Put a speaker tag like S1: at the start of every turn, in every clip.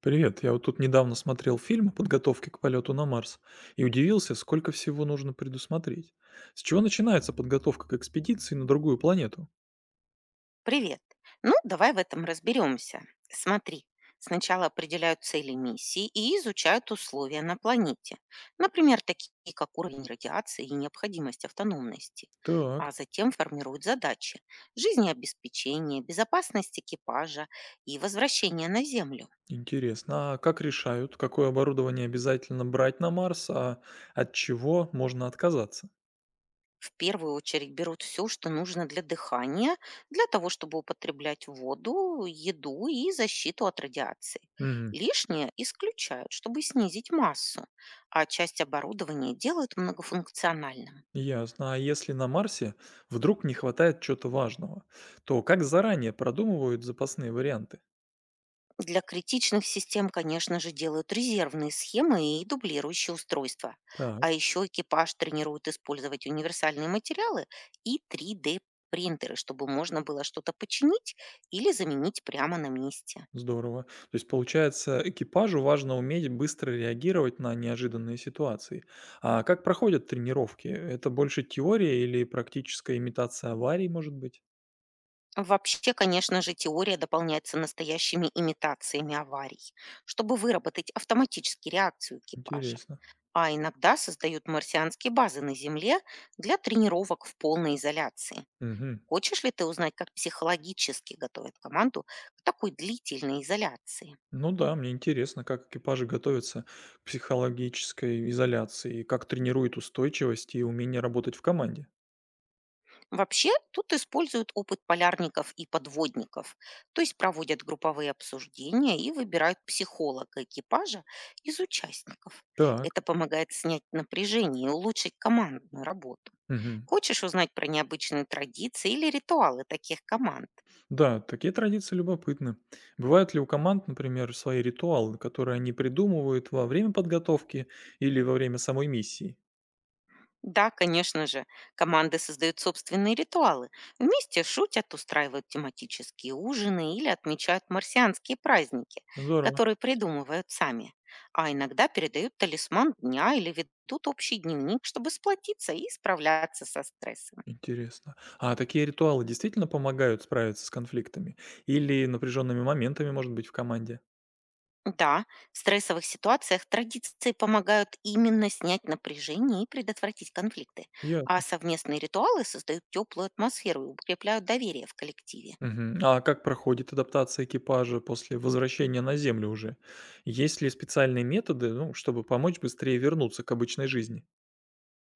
S1: Привет, я вот тут недавно смотрел фильм о подготовке к полету на Марс и удивился, сколько всего нужно предусмотреть. С чего начинается подготовка к экспедиции на другую планету?
S2: Привет. Ну, давай в этом разберемся. Смотри, сначала определяют цели миссии и изучают условия на планете. Например, такие как уровень радиации и необходимость автономности.
S1: Так,
S2: А затем формируют задачи– жизнеобеспечение, безопасность экипажа и возвращение на Землю.
S1: интересно, а как решают, какое оборудование обязательно брать на Марс, а от чего можно отказаться?
S2: В первую очередь берут все, что нужно для дыхания, для того, чтобы употреблять воду, еду и защиту от радиации.
S1: Мгм,
S2: Лишнее исключают, чтобы снизить массу, а часть оборудования делают многофункциональным.
S1: ясно, а если на Марсе вдруг не хватает чего-то важного, то как заранее продумывают запасные варианты?
S2: Для критичных систем, конечно же, делают резервные схемы и дублирующие устройства.
S1: Так.
S2: А еще экипаж тренирует использовать универсальные материалы и 3D-принтеры, чтобы можно было что-то починить или заменить прямо на месте.
S1: Здорово. То есть, получается, экипажу важно уметь быстро реагировать на неожиданные ситуации. А как проходят тренировки? Это больше теория или практическая имитация аварий, может быть?
S2: Вообще, конечно же, теория дополняется настоящими имитациями аварий, чтобы выработать автоматически реакцию экипажа.
S1: Интересно.
S2: А иногда создают марсианские базы на Земле для тренировок в полной изоляции.
S1: Мгм.
S2: Хочешь ли ты узнать, как психологически готовят команду к такой длительной изоляции?
S1: Ну да, мне интересно, как экипажи готовятся к психологической изоляции, как тренируют устойчивость и умение работать в команде.
S2: Вообще тут используют опыт полярников и подводников, то есть проводят групповые обсуждения и выбирают психолога экипажа из участников.
S1: Так.
S2: Это помогает снять напряжение и улучшить командную работу.
S1: Мгм.
S2: Хочешь узнать про необычные традиции или ритуалы таких команд?
S1: Да, такие традиции любопытны. Бывают ли у команд, например, свои ритуалы, которые они придумывают во время подготовки или во время самой миссии?
S2: Да, конечно же. Команды создают собственные ритуалы. Вместе шутят, устраивают тематические ужины или отмечают марсианские праздники,
S1: Здорово.
S2: которые придумывают сами. А иногда передают талисман дня или ведут общий дневник, чтобы сплотиться и справляться со стрессом.
S1: Интересно. А такие ритуалы действительно помогают справиться с конфликтами или напряженными моментами, может быть, в команде?
S2: Да, в стрессовых ситуациях традиции помогают именно снять напряжение и предотвратить конфликты, а
S1: Ясно.
S2: совместные ритуалы создают теплую атмосферу и укрепляют доверие в коллективе.
S1: Мгм. А как проходит адаптация экипажа после возвращения на Землю уже? Есть ли специальные методы, ну, чтобы помочь быстрее вернуться к обычной жизни?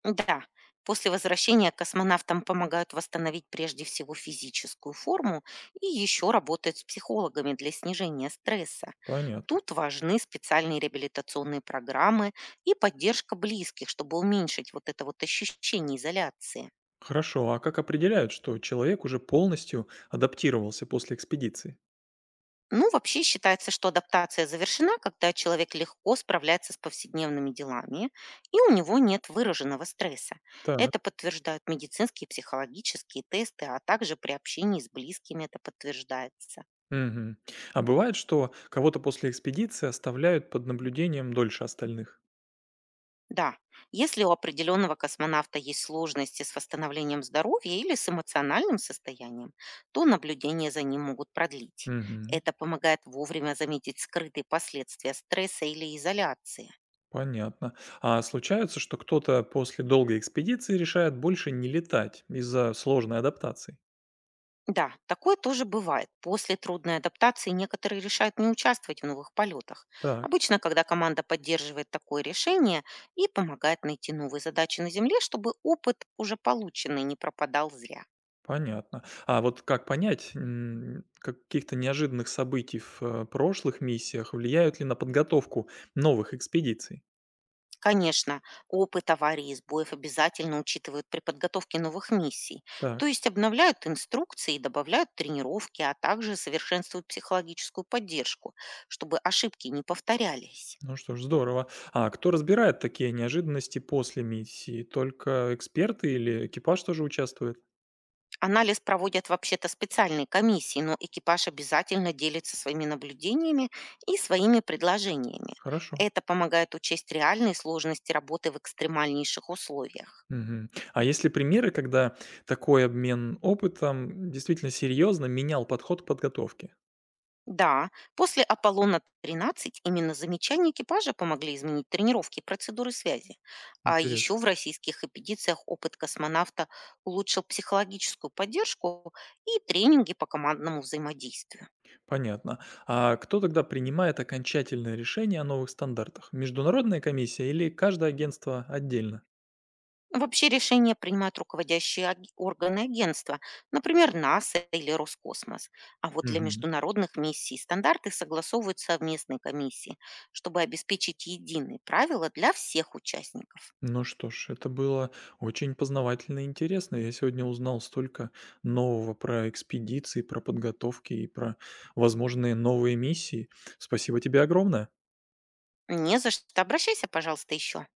S2: Да, после возвращения космонавтам помогают восстановить прежде всего физическую форму и еще работают с психологами для снижения стресса.
S1: Понятно.
S2: Тут важны специальные реабилитационные программы и поддержка близких, чтобы уменьшить вот это вот ощущение изоляции.
S1: Хорошо, а как определяют, что человек уже полностью адаптировался после экспедиции?
S2: Ну, вообще считается, что адаптация завершена, когда человек легко справляется с повседневными делами, и у него нет выраженного стресса. Это
S1: Так.
S2: подтверждают медицинские и психологические тесты, а также при общении с близкими это подтверждается.
S1: Мгм. А бывает, что кого-то после экспедиции оставляют под наблюдением дольше остальных?
S2: Да, если у определенного космонавта есть сложности с восстановлением здоровья или с эмоциональным состоянием, то наблюдение за ним могут продлить.
S1: Мгм.
S2: Это помогает вовремя заметить скрытые последствия стресса или изоляции.
S1: Понятно. А случается, что кто-то после долгой экспедиции решает больше не летать из-за сложной адаптации?
S2: Да, такое тоже бывает. После трудной адаптации некоторые решают не участвовать в новых полетах.
S1: Так,
S2: Обычно, когда команда поддерживает такое решение и помогает найти новые задачи на Земле, чтобы опыт, уже полученный, не пропадал зря.
S1: понятно. А вот как понять, каких-то неожиданных событий в прошлых миссиях влияют ли на подготовку новых экспедиций?
S2: Конечно, опыт аварий и сбоев обязательно учитывают при подготовке новых миссий,
S1: Так.
S2: то есть обновляют инструкции и добавляют тренировки, а также совершенствуют психологическую поддержку, чтобы ошибки не повторялись.
S1: Ну что ж, здорово. А кто разбирает такие неожиданности после миссии? Только эксперты или экипаж тоже участвует?
S2: Анализ проводят вообще-то специальные комиссии, но экипаж обязательно делится своими наблюдениями и своими предложениями.
S1: Хорошо.
S2: Это помогает учесть реальные сложности работы в экстремальнейших условиях.
S1: Мгм. А есть ли примеры, когда такой обмен опытом действительно серьезно менял подход к подготовке?
S2: Да, после аполлона 13 именно замечания экипажа помогли изменить тренировки и процедуры связи. А еще
S1: Интересно.
S2: в российских экспедициях опыт космонавта улучшил психологическую поддержку и тренинги по командному взаимодействию.
S1: Понятно. А кто тогда принимает окончательное решение о новых стандартах? Международная комиссия или каждое агентство отдельно?
S2: Вообще решения принимают руководящие органы агентства, например, НАСА или Роскосмос. А вот для
S1: Мгм.
S2: международных миссий стандарты согласовывают совместные комиссии, чтобы обеспечить единые правила для всех участников.
S1: Ну что ж, это было очень познавательно и интересно. Я сегодня узнал столько нового про экспедиции, про подготовки и про возможные новые миссии. Спасибо тебе огромное.
S2: Не за что. Обращайся, пожалуйста, еще.